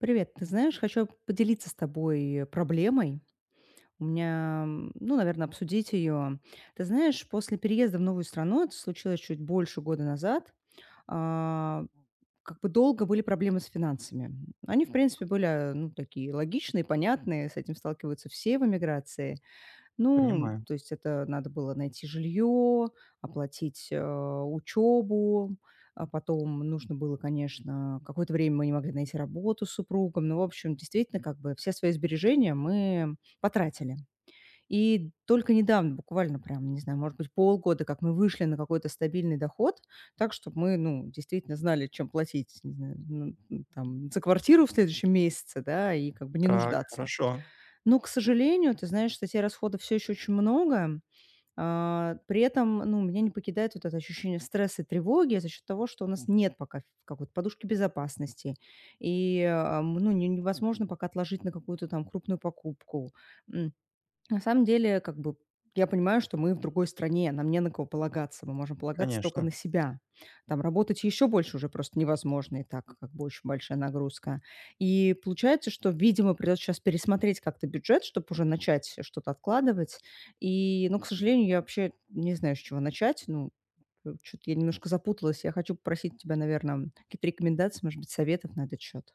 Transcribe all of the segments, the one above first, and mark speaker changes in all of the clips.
Speaker 1: Привет, ты знаешь, хочу поделиться с тобой проблемой. У меня, ну, наверное, обсудить ее. Ты знаешь, после переезда в новую страну, это случилось чуть больше года назад, а, как бы долго были проблемы с финансами. Они, в принципе, были, ну, такие логичные, понятные, с этим сталкиваются все в эмиграции. Ну,
Speaker 2: Понимаю.
Speaker 1: то есть это надо было найти жилье, оплатить, учебу, а потом нужно было, конечно, какое-то время мы не могли найти работу с супругом. Ну, в общем, действительно, как бы все свои сбережения мы потратили. И только недавно, буквально прям, не знаю, может быть, полгода, как мы вышли на какой-то стабильный доход, так, чтобы мы, ну, действительно знали, чем платить, не знаю, ну, там, за квартиру в следующем месяце, да, и как бы не
Speaker 2: Так,
Speaker 1: нуждаться.
Speaker 2: хорошо,
Speaker 1: Ну, к сожалению, ты знаешь, статей расходов все еще очень много. При этом, ну, меня не покидает вот это ощущение стресса и тревоги за счет того, что у нас нет пока ф какой-то подушки безопасности. И, а, м, ну, не невозможно пока отложить на какую-то там крупную покупку. М, на самом деле, как бы, я понимаю, что мы в другой стране, нам не на кого полагаться, мы можем полагаться только на
Speaker 2: конечно.
Speaker 1: себя. Там работать еще больше уже просто невозможно, и так как бы очень большая нагрузка. И получается, что, видимо, придется сейчас пересмотреть как-то бюджет, чтобы уже начать что-то откладывать. И, ну, к сожалению, я вообще не знаю, с чего начать. Ну, что-то я немножко запуталась. Я хочу попросить тебя, наверное, какие-то рекомендации, может быть, советов на этот счет.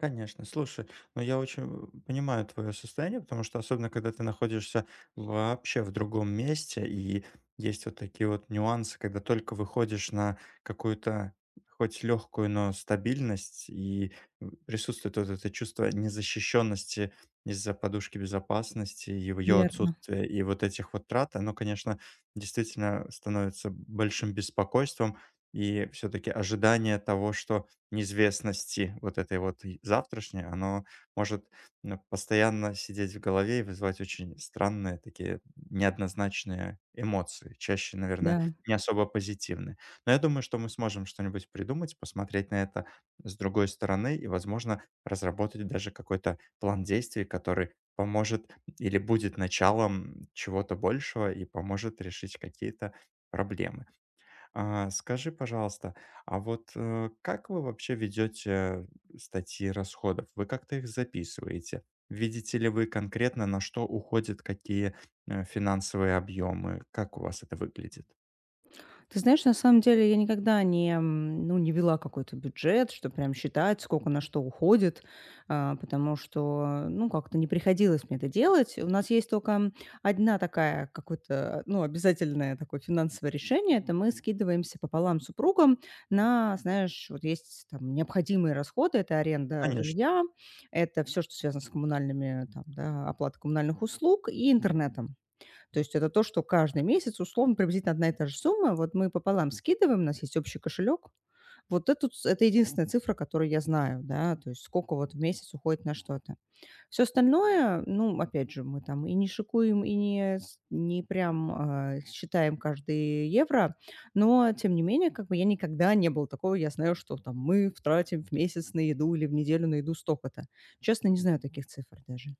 Speaker 2: Конечно, слушай, но я очень понимаю твое состояние, потому что особенно когда ты находишься вообще в другом месте, и есть вот такие вот нюансы, когда только выходишь на какую-то хоть легкую, но стабильность, и присутствует вот это чувство незащищенности из-за подушки безопасности, и ее
Speaker 1: Верно,
Speaker 2: отсутствия и вот этих вот трат, оно, конечно, действительно становится большим беспокойством, и все-таки ожидание того, что неизвестности вот этой вот и завтрашней, оно может, ну, постоянно сидеть в голове и вызывать очень странные такие неоднозначные эмоции, чаще, наверное,
Speaker 1: да.
Speaker 2: не особо позитивные. Но я думаю, что мы сможем что-нибудь придумать, посмотреть на это с другой стороны и, возможно, разработать даже какой-то план действий, который поможет или будет началом чего-то большего и поможет решить какие-то проблемы. А скажи, пожалуйста, а вот как вы вообще ведете статьи расходов? Вы как-то их записываете? Видите ли вы конкретно, на что уходят какие, финансовые объемы? Как у вас это выглядит?
Speaker 1: Ты знаешь, на самом деле я никогда не, м, ну, не вела какой-то бюджет, что прям считать, сколько на что уходит, потому что, ну, как-то не приходилось мне это делать. У нас есть только одна такая какое-то, ну, обязательное такое финансовое решение. Это мы скидываемся пополам с супругом на, знаешь, вот есть там необходимые расходы. Это аренда жилья, это все, что связано с коммунальными, там, да, оплата коммунальных услуг и интернетом. То есть это то, что каждый месяц, условно, приблизительно одна и та же сумма. Вот мы пополам скидываем, у нас есть общий кошелек. Вот это, это единственная цифра, которую я знаю, да, то есть сколько вот в месяц уходит на что-то. Все остальное, ну, опять же, мы там и не шикуем, и не прям считаем каждый евро, но, тем не менее, как бы я никогда не было такого, я знаю, что там мы тратим в месяц на еду или в неделю на еду столько-то. Честно, не знаю таких цифр даже.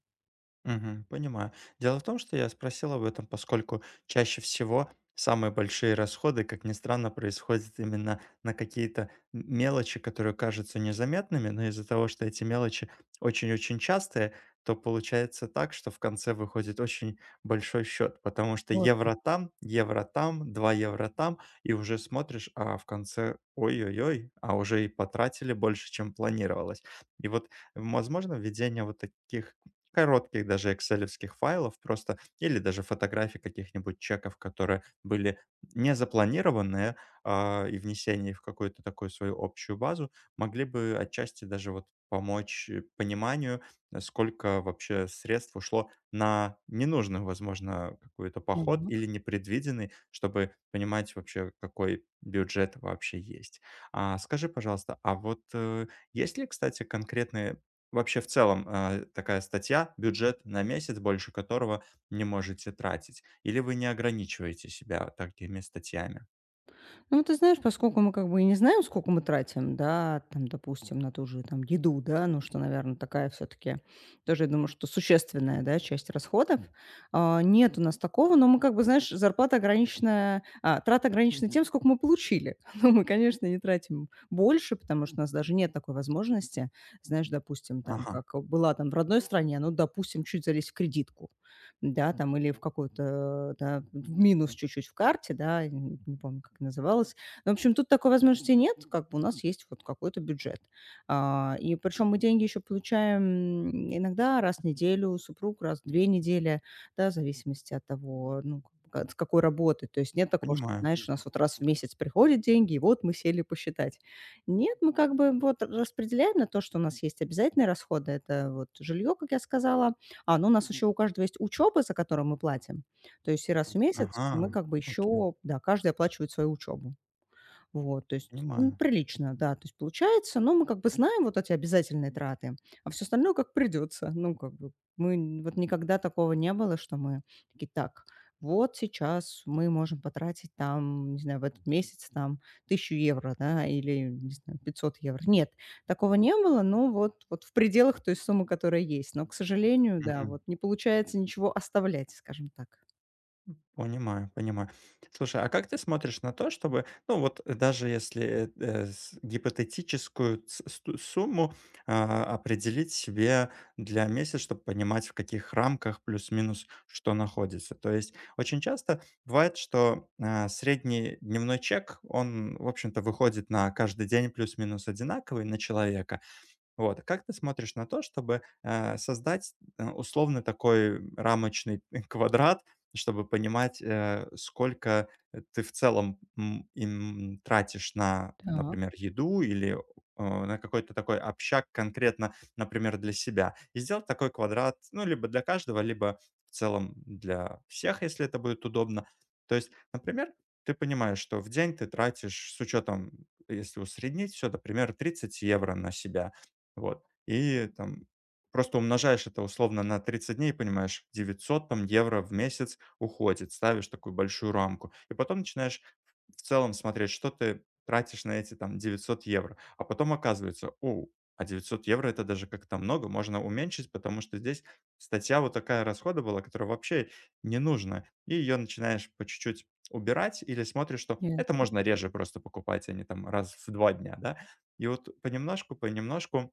Speaker 2: Мгм. Понимаю. Дело в том, что я спросил об этом, поскольку чаще всего самые большие расходы, как ни странно, происходят именно на какие-то мелочи, которые кажутся незаметными, но из-за того, что эти мелочи очень-очень частые, то получается так, что в конце выходит очень большой счет, потому что
Speaker 1: Вот.
Speaker 2: евро там, 2 евро там, и уже смотришь, а в конце ой-ой-ой, а уже и потратили больше, чем планировалось. И вот, возможно, введение вот таких коротких даже экселевских файлов просто или даже фотографий каких-нибудь чеков, которые были не запланированные, и внесение их в какую-то такую свою общую базу могли бы отчасти даже вот помочь пониманию, сколько вообще средств ушло на ненужный, возможно, какой-то поход
Speaker 1: Да.
Speaker 2: или непредвиденный, чтобы понимать вообще, какой бюджет вообще есть. А скажи, пожалуйста, а вот есть ли, кстати, конкретные вообще, в целом, такая статья, бюджет на месяц, больше которого не можете тратить? Или вы не ограничиваете себя такими статьями?
Speaker 1: Ну, ты знаешь, поскольку мы как бы и не знаем, сколько мы тратим, да, там, допустим, на ту же там еду, да, ну, что, наверное, такая все-таки тоже, я думаю, что существенная, да, часть расходов. Нет у нас такого, но мы как бы, знаешь, зарплата ограничена, а, трата ограничена тем, сколько мы получили. Ну, мы, конечно, не тратим больше, потому что у нас даже нет такой возможности, знаешь, допустим, там,
Speaker 2: Ага,
Speaker 1: как была там в родной стране, ну, допустим, чуть залезть в кредитку да, там или в какую-то, да, в минус чуть-чуть в карте, да, я н не помню, как называлось. Но в общем, тут такой возможности нет, как бы у нас есть вот какой-то бюджет. И причем мы деньги еще получаем иногда раз в неделю, супруг раз в 2 недели, да, в зависимости от того, ну, как бы от с какой работы. То есть нет такого, что,
Speaker 2: понимаю.
Speaker 1: знаешь, у нас вот раз в месяц приходят деньги, и вот мы сели посчитать. Нет, мы как бы вот распределяем на то, что у нас есть обязательные расходы. Это вот жилье, как я сказала, ну, у нас еще у каждого есть учёба, за которую мы платим. То есть и раз в месяц
Speaker 2: Ага,
Speaker 1: мы как бы
Speaker 2: окей,
Speaker 1: еще, да, каждый оплачивает свою учебу. Вот, то есть, ну,
Speaker 2: понимаю.
Speaker 1: прилично, да, то есть получается, но мы как бы знаем вот эти обязательные траты, а все остальное как придется. Ну, как бы мы н вот никогда такого не было, что мы такие: "Так, вот сейчас мы можем потратить там, не знаю, в этот месяц там 1000 евро, да, или, не знаю, 500 евро". Нет, такого не было, но вот в пределах той суммы, которая есть. Но, к сожалению, да,
Speaker 2: Мгм.
Speaker 1: вот не получается ничего оставлять, скажем так.
Speaker 2: Понимаю, понимаю. Слушай, а как ты смотришь на то, чтобы, ну вот даже если гипотетическую сумму определить себе для месяца, чтобы понимать, в каких рамках плюс-минус что находится. То есть очень часто бывает, что средний дневной чек, он, в общем-то, выходит на каждый день плюс-минус одинаковый на человека, вот. А как ты смотришь на то, чтобы, создать, условно такой рамочный квадрат, чтобы понимать, сколько ты в целом, м, им тратишь на,
Speaker 1: Так,
Speaker 2: например, еду или, на какой-то такой общак конкретно, например, для себя? И сделать такой квадрат, ну, либо для каждого, либо в целом для всех, если это будет удобно. То есть, например, ты понимаешь, что в день ты тратишь, с учетом, если усреднить все, например, 30 евро на себя. Вот. И там просто умножаешь это условно на 30 дней, понимаешь, 900 там евро в месяц уходит, ставишь такую большую рамку. И потом начинаешь в целом смотреть, что ты тратишь на эти там 900 евро. А потом оказывается, о, а 900 евро это даже как-то много, можно уменьшить, потому что здесь статья вот такая расхода была, которая вообще не нужна. И ее начинаешь по чуть-чуть убирать или смотришь, что это
Speaker 1: ясно,
Speaker 2: можно реже просто покупать, а не там раз в 2 дня, да. И вот понемножку, понемножку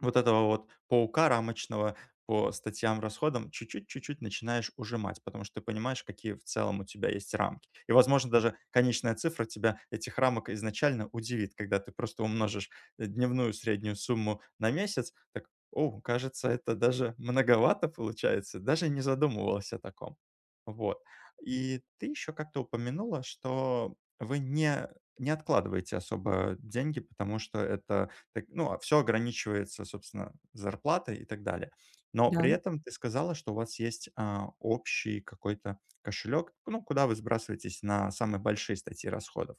Speaker 2: вот этого вот паука рамочного по статьям, расходам чуть-чуть, чуть-чуть начинаешь ужимать, потому что ты понимаешь, какие в целом у тебя есть рамки. И, возможно, даже конечная цифра тебя этих рамок изначально удивит, когда ты просто умножишь дневную среднюю сумму на месяц, так, о, кажется, это даже многовато получается, даже не задумывалась о таком. Вот. И ты еще как-то упомянула, что вы не откладываете особо деньги, потому что это так, ну, все ограничивается, собственно, зарплатой и так далее. Но
Speaker 1: да.
Speaker 2: при этом ты сказала, что у вас есть общий какой-то кошелек, ну, куда вы сбрасываетесь на самые большие статьи расходов.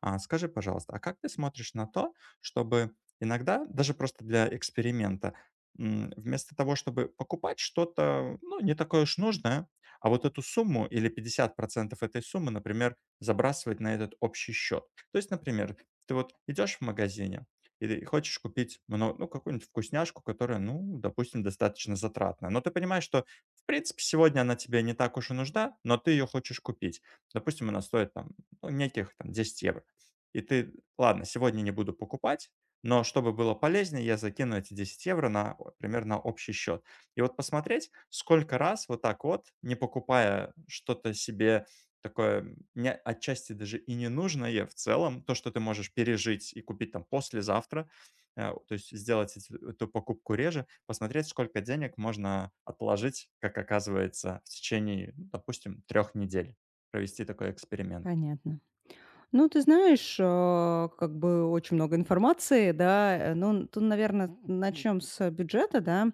Speaker 2: А скажи, пожалуйста, а как ты смотришь на то, чтобы иногда, даже просто для эксперимента, вместо того, чтобы покупать что-то, ну, не такое уж нужное, а вот эту сумму или 50% этой суммы, например, забрасывать на этот общий счет. То есть, например, ты вот идешь в магазине, и ты хочешь купить ну, какую-нибудь вкусняшку, которая, ну, допустим, достаточно затратная. Но ты понимаешь, что, в принципе, сегодня она тебе не так уж и нужна, но ты ее хочешь купить. Допустим, она стоит там ну, неких там 10 евро. И ты: "Ладно, сегодня не буду покупать, но чтобы было полезнее, я закину эти 10 евро на о примерно общий счет". И вот посмотреть, сколько раз вот так вот, не покупая что-то себе такое, не отчасти даже и ненужное в целом, то, что ты можешь пережить и купить там послезавтра, то есть сделать эти эту покупку реже, посмотреть, сколько денег можно отложить, как оказывается, в течение, ну, допустим, трех недель. Провести такой эксперимент.
Speaker 1: Понятно. Ну, ты знаешь, как бы очень много информации, да. Ну, тут, наверное, начнем с бюджета, да.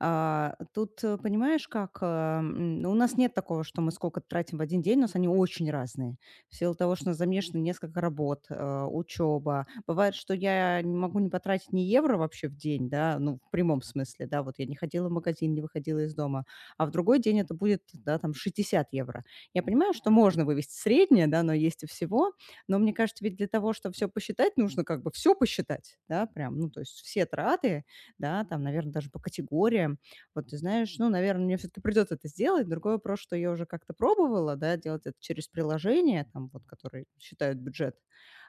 Speaker 1: Тут, понимаешь, как ну, у нас нет такого, что мы сколько тратим в один день, у нас они очень разные. В силу того, что у нас замешаны несколько работ, учеба. Бывает, что я не могу не потратить ни евро вообще в день, да, ну, в прямом смысле, да, вот я не ходила в магазин, не выходила из дома, а в другой день это будет, да, там, 60 евро. Я понимаю, что можно вывести среднее, да, но есть и всего, но мне кажется, ведь для того, чтобы все посчитать, нужно как бы все посчитать, да, прям, ну, то есть все траты, да, там, наверное, даже по категориям. Вот ты знаешь, ну, наверное, мне все таки придется это сделать. Другой вопрос, что я уже как-то пробовала, да, делать это через приложение, там, вот, которые считают бюджет.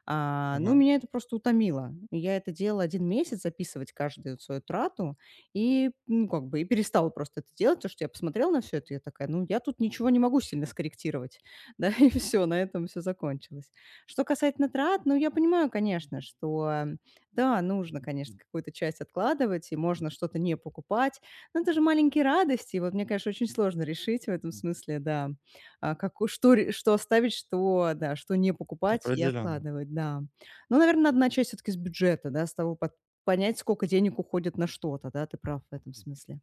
Speaker 1: Ну,
Speaker 2: Ага,
Speaker 1: меня это просто утомило. Я это делала один месяц, записывать каждую вот свою трату, ну, как бы, и перестала просто это делать, потому что я посмотрела на все это, и я такая: "Ну, я тут ничего не могу сильно скорректировать", да, и все, на этом все закончилось. Что касательно трат, ну, я понимаю, конечно, что, да, нужно, конечно, какую-то часть откладывать, и можно что-то не покупать, но это же маленькие радости. И вот мне, конечно, очень сложно решить в этом смысле, да, а, каку что ре что оставить, что, да, что не покупать и
Speaker 2: определенно.
Speaker 1: откладывать, да. Ну, наверное, надо начать все таки с бюджета, да, с того, пот понять, сколько денег уходит на что-то, да, ты прав в этом смысле.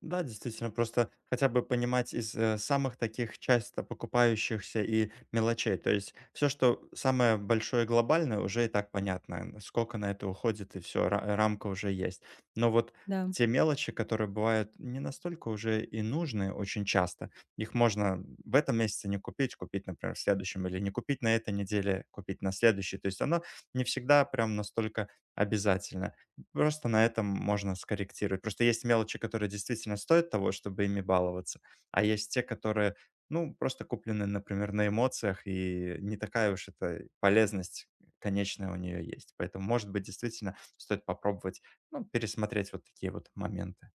Speaker 2: Да, действительно, просто хотя бы понимать из самых таких часто покупающихся и мелочей. То есть все, что самое большое глобальное, уже и так понятно, сколько на это уходит, и все, рамка уже есть. Но вот
Speaker 1: Да.
Speaker 2: те мелочи, которые бывают не настолько уже и нужны очень часто, их можно в этом месяце не купить, купить, например, в следующем, или не купить на этой неделе, купить на следующей. То есть оно не всегда прям настолько обязательно. Просто на этом можно скорректировать. Просто есть мелочи, которые действительно стоят того, чтобы ими баловаться, а есть те, которые, ну, просто куплены, например, на эмоциях, и не такая уж это полезность конечная у нее есть. Поэтому, может быть, действительно стоит попробовать, ну, пересмотреть вот такие вот моменты.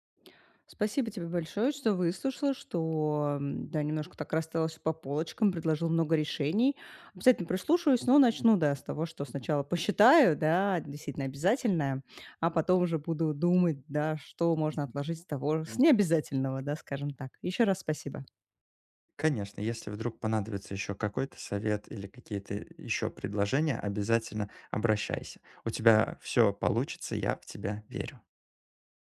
Speaker 1: Спасибо тебе большое, что выслушала, что, да, немножко так рассталась по полочкам, предложил много решений. Обязательно прислушаюсь, но начну, да, с того, что сначала посчитаю, да, действительно обязательное, а потом уже буду думать, да, что можно отложить с того, с необязательного, да, скажем так. Еще раз спасибо.
Speaker 2: Конечно, если вдруг понадобится еще какой-то совет или какие-то еще предложения, обязательно обращайся. У тебя все получится, я в тебя верю.